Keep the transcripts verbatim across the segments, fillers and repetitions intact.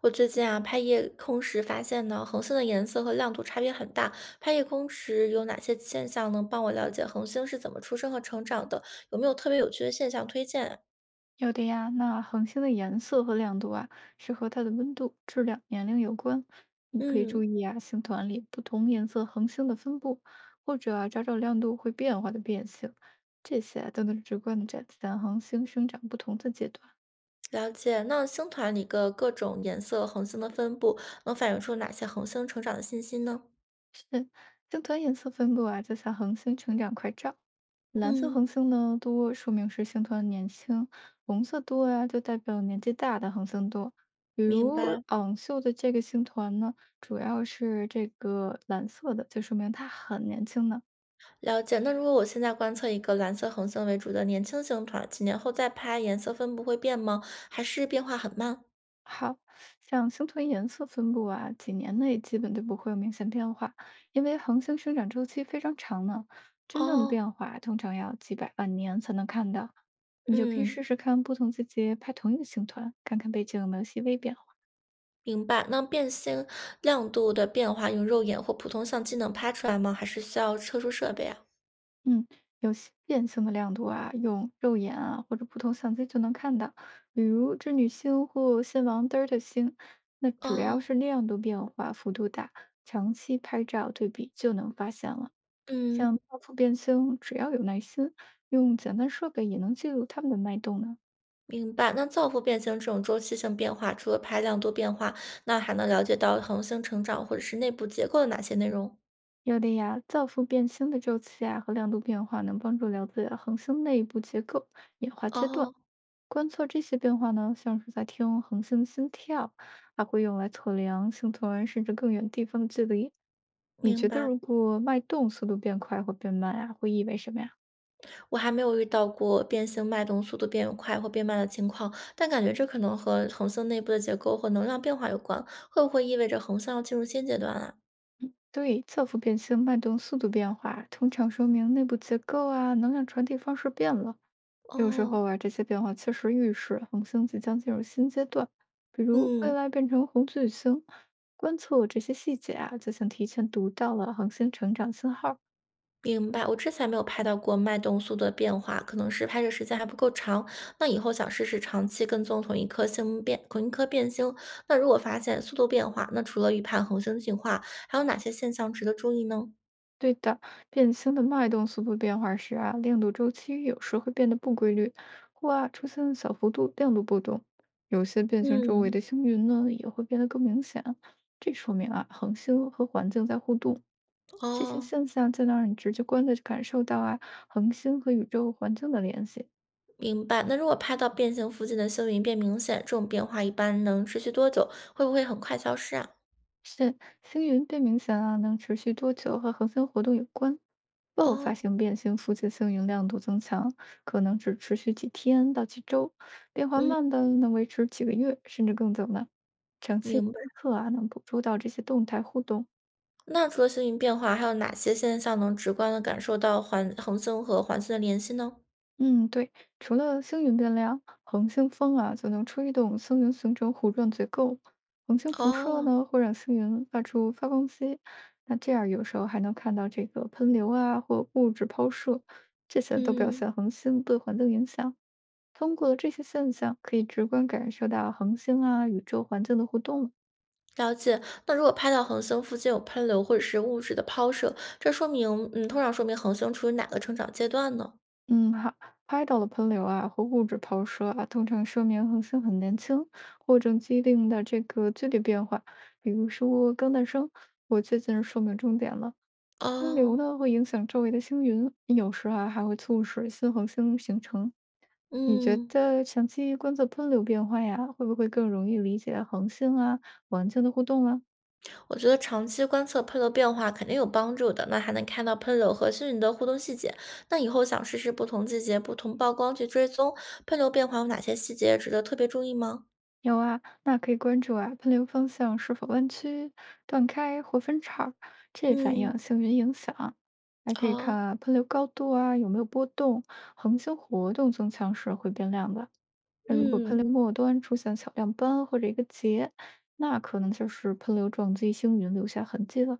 我最近啊，拍夜空时发现呢，恒星的颜色和亮度差别很大。拍夜空时有哪些现象能帮我了解恒星是怎么出生和成长的？有没有特别有趣的现象推荐啊？有的呀，那恒星的颜色和亮度啊，是和它的温度、质量、年龄有关。你可以注嗯，意啊，星团里不同颜色恒星的分布，或者啊，找找亮度会变化的变性，这些啊都能直观的展现恒星生长不同的阶段。了解。那星团里的各种颜色恒星的分布，能反映出哪些恒星成长的信息呢？星团颜色分布啊，就像恒星成长快照。蓝色嗯，恒星呢多，说明是星团年轻；红色多呀、就代表年纪大的恒星多。比明如白，昂秀的这个星团呢，主要是这个蓝色的，就说明它很年轻呢。了解。那如果我现在观测一个蓝色恒星为主的年轻星团，几年后再拍，颜色分布会变吗？还是变化很慢？好像星团颜色分布啊，几年内基本就不会有明显变化，因为恒星生长周期非常长呢。真正的哦，变化通常要几百万年才能看到。你就可以嗯。试试看不同季节拍同一个星团，看看背景有没有细微变化。明白，那变星亮度的变化，用肉眼或普通相机能拍出来吗？还是需要特殊设备啊？嗯，有些变性的亮度啊，用肉眼啊或者普通相机就能看到，比如织女星或仙王德尔塔星。那只要哦，是亮度变化幅度大，长期拍照对比就能发现了。嗯，像造芙变星，只要有耐心，用简单设备也能记录它们的脉动呢。明白。那造父变星这种周期性变化，除了拍亮度变化，那还能了解到恒星成长或者是内部结构的哪些内容？有的呀，造父变星的周期啊和亮度变化，能帮助了解恒星内部结构、演化阶段。哦，观测这些变化呢，像是在听恒星心跳，还会用来测量星团甚至更远地方的距离。你觉明得白。如果脉动速度变快或变慢啊，会意味什么呀？我还没有遇到过变星脉动速度变快或变慢的情况，但感觉这可能和恒星内部的结构或能量变化有关。会不会意味着恒星要进入新阶段啊？对，侧幅变星脉动速度变化，通常说明内部结构啊、能量传递方式变了。有时候哦，啊，这些变化确实预示恒星即将进入新阶段，比如未嗯。来变成红巨星。观测这些细节啊，就像提前读到了恒星成长信号。明白，我之前没有拍到过脉动速度的变化，可能是拍摄时间还不够长。那以后想试试长期跟踪同一颗星变，同一颗变星。那如果发现速度变化，那除了预判恒星进化，还有哪些现象值得注意呢？对的，变星的脉动速度变化时啊，亮度周期有时会变得不规律，或啊出现小幅度亮度波动。有些变星周围嗯，的星云呢，也会变得更明显。这说明啊，恒星和环境在互动。这些哦，现象就能让你直接观的感受到啊，恒星和宇宙环境的联系。明白。那如果拍到变星附近的星云变明显，这种变化一般能持续多久？会不会很快消失啊？是星云变明显啊，能持续多久和恒星活动有关。爆发哦，性变星附近星云亮度增强，可能只持续几天到几周，变化嗯，慢的能维持几个月甚至更久呢。长期明白。观测啊，能捕捉到这些动态互动。那除了星云变化，还有哪些现象能直观的感受到环恒星和环星的联系呢？嗯，对，除了星云变量，恒星风啊就能吹动星云形成弧状结构。恒星辐射哦，呢会让星云发出发光机，那这样有时候还能看到这个喷流啊或物质抛射，这些都表嗯，现恒星对环境影响。通过这些现象，可以直观感受到恒星啊宇宙环境的互动了。了解。那如果拍到恒星附近有喷流或者是物质的抛射，这说明，嗯，通常说明恒星处于哪个成长阶段呢？嗯，好，拍到了喷流啊和物质抛射啊，通常说明恒星很年轻或者既定的这个剧烈变化，比如说刚诞生或最近寿命终点了。喷流哦，呢会影响周围的星云，有时啊还会促使新恒星形成。你觉嗯，得长期观测喷流变化呀，会不会更容易理解恒星啊环境的互动啊？我觉得长期观测喷流变化肯定有帮助的，那还能看到喷流和星云的互动细节。那以后想试试不同季节、不同曝光去追踪喷流变化有哪些细节值得特别注意吗？有啊，那可以关注啊，喷流方向是否弯曲、断开或分叉，这反映嗯，星云影响。还可以看哦，啊，喷流高度啊有没有波动，恒星活动增强时会变亮的。那如果喷嗯。流末端出现小亮斑或者一个结，那可能就是喷流撞击星云留下痕迹了。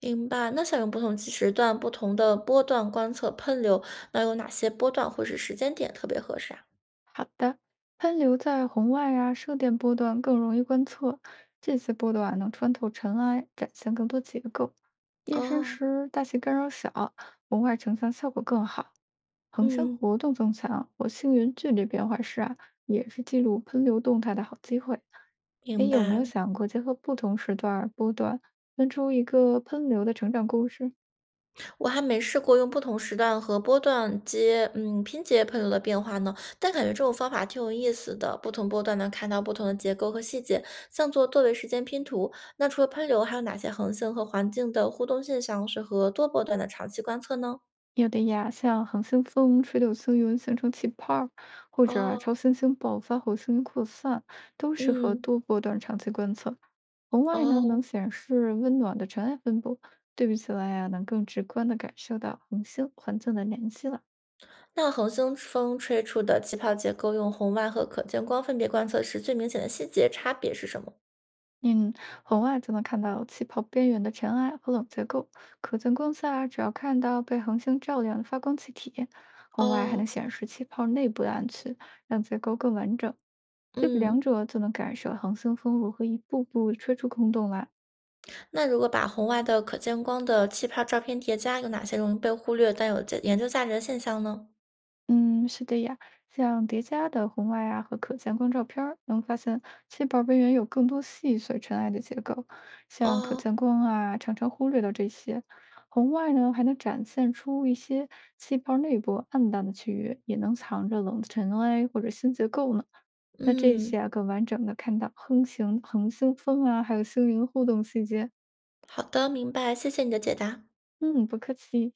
明白，那想用不同计时段、不同的波段观测喷流，那有哪些波段或是时间点特别合适啊？好的，喷流在红外啊、射电波段更容易观测，这些波段啊能穿透尘埃，展现更多结构。夜深哦，时大气干扰小，红外成像效果更好，恒星嗯，活动增强或星云距离变化时啊，也是记录喷流动态的好机会。哎，明有没有白。想过结合不同时段儿波段，分出一个喷流的成长故事？我还没试过用不同时段和波段接，嗯，拼接喷流的变化呢，但感觉这种方法挺有意思的。不同波段能看到不同的结构和细节，像做多维时间拼图。那除了喷流，还有哪些恒星和环境的互动现象适合多波段的长期观测呢？有的呀，像恒星风吹柳星云形成气泡儿或者啊超哦，新星爆发后星云扩散，都适合嗯，多波段长期观测。红外呢，能哦。显示温暖的尘埃分布，对比起来呀、能更直观的感受到恒星环境的联系了。那恒星风吹出的气泡结构用红外和可见光分别观测时，最明显的细节差别是什么？嗯，红外就能看到气泡边缘的尘埃和冷结构，可见光下只要看到被恒星照亮的发光气体，红外还能哦，显示气泡内部的暗区，让结构更完整。对比两嗯，者，就能感受恒星风如何一步步吹出空洞来。那如果把红外的可见光的气泡照片叠加，有哪些容易被忽略但有价研究价值的现象呢？嗯，是的呀，像叠加的红外啊和可见光照片儿，能发现气泡边缘有更多细碎尘埃的结构，像可哦，见光啊，常常忽略到这些。红外呢，还能展现出一些气泡内部暗淡的区域，也能藏着冷尘埃或者新结构呢。那这嗯，些啊，更完整的看到恒星、恒星风啊，还有星云互动细节。好的，明白，谢谢你的解答。嗯，不客气。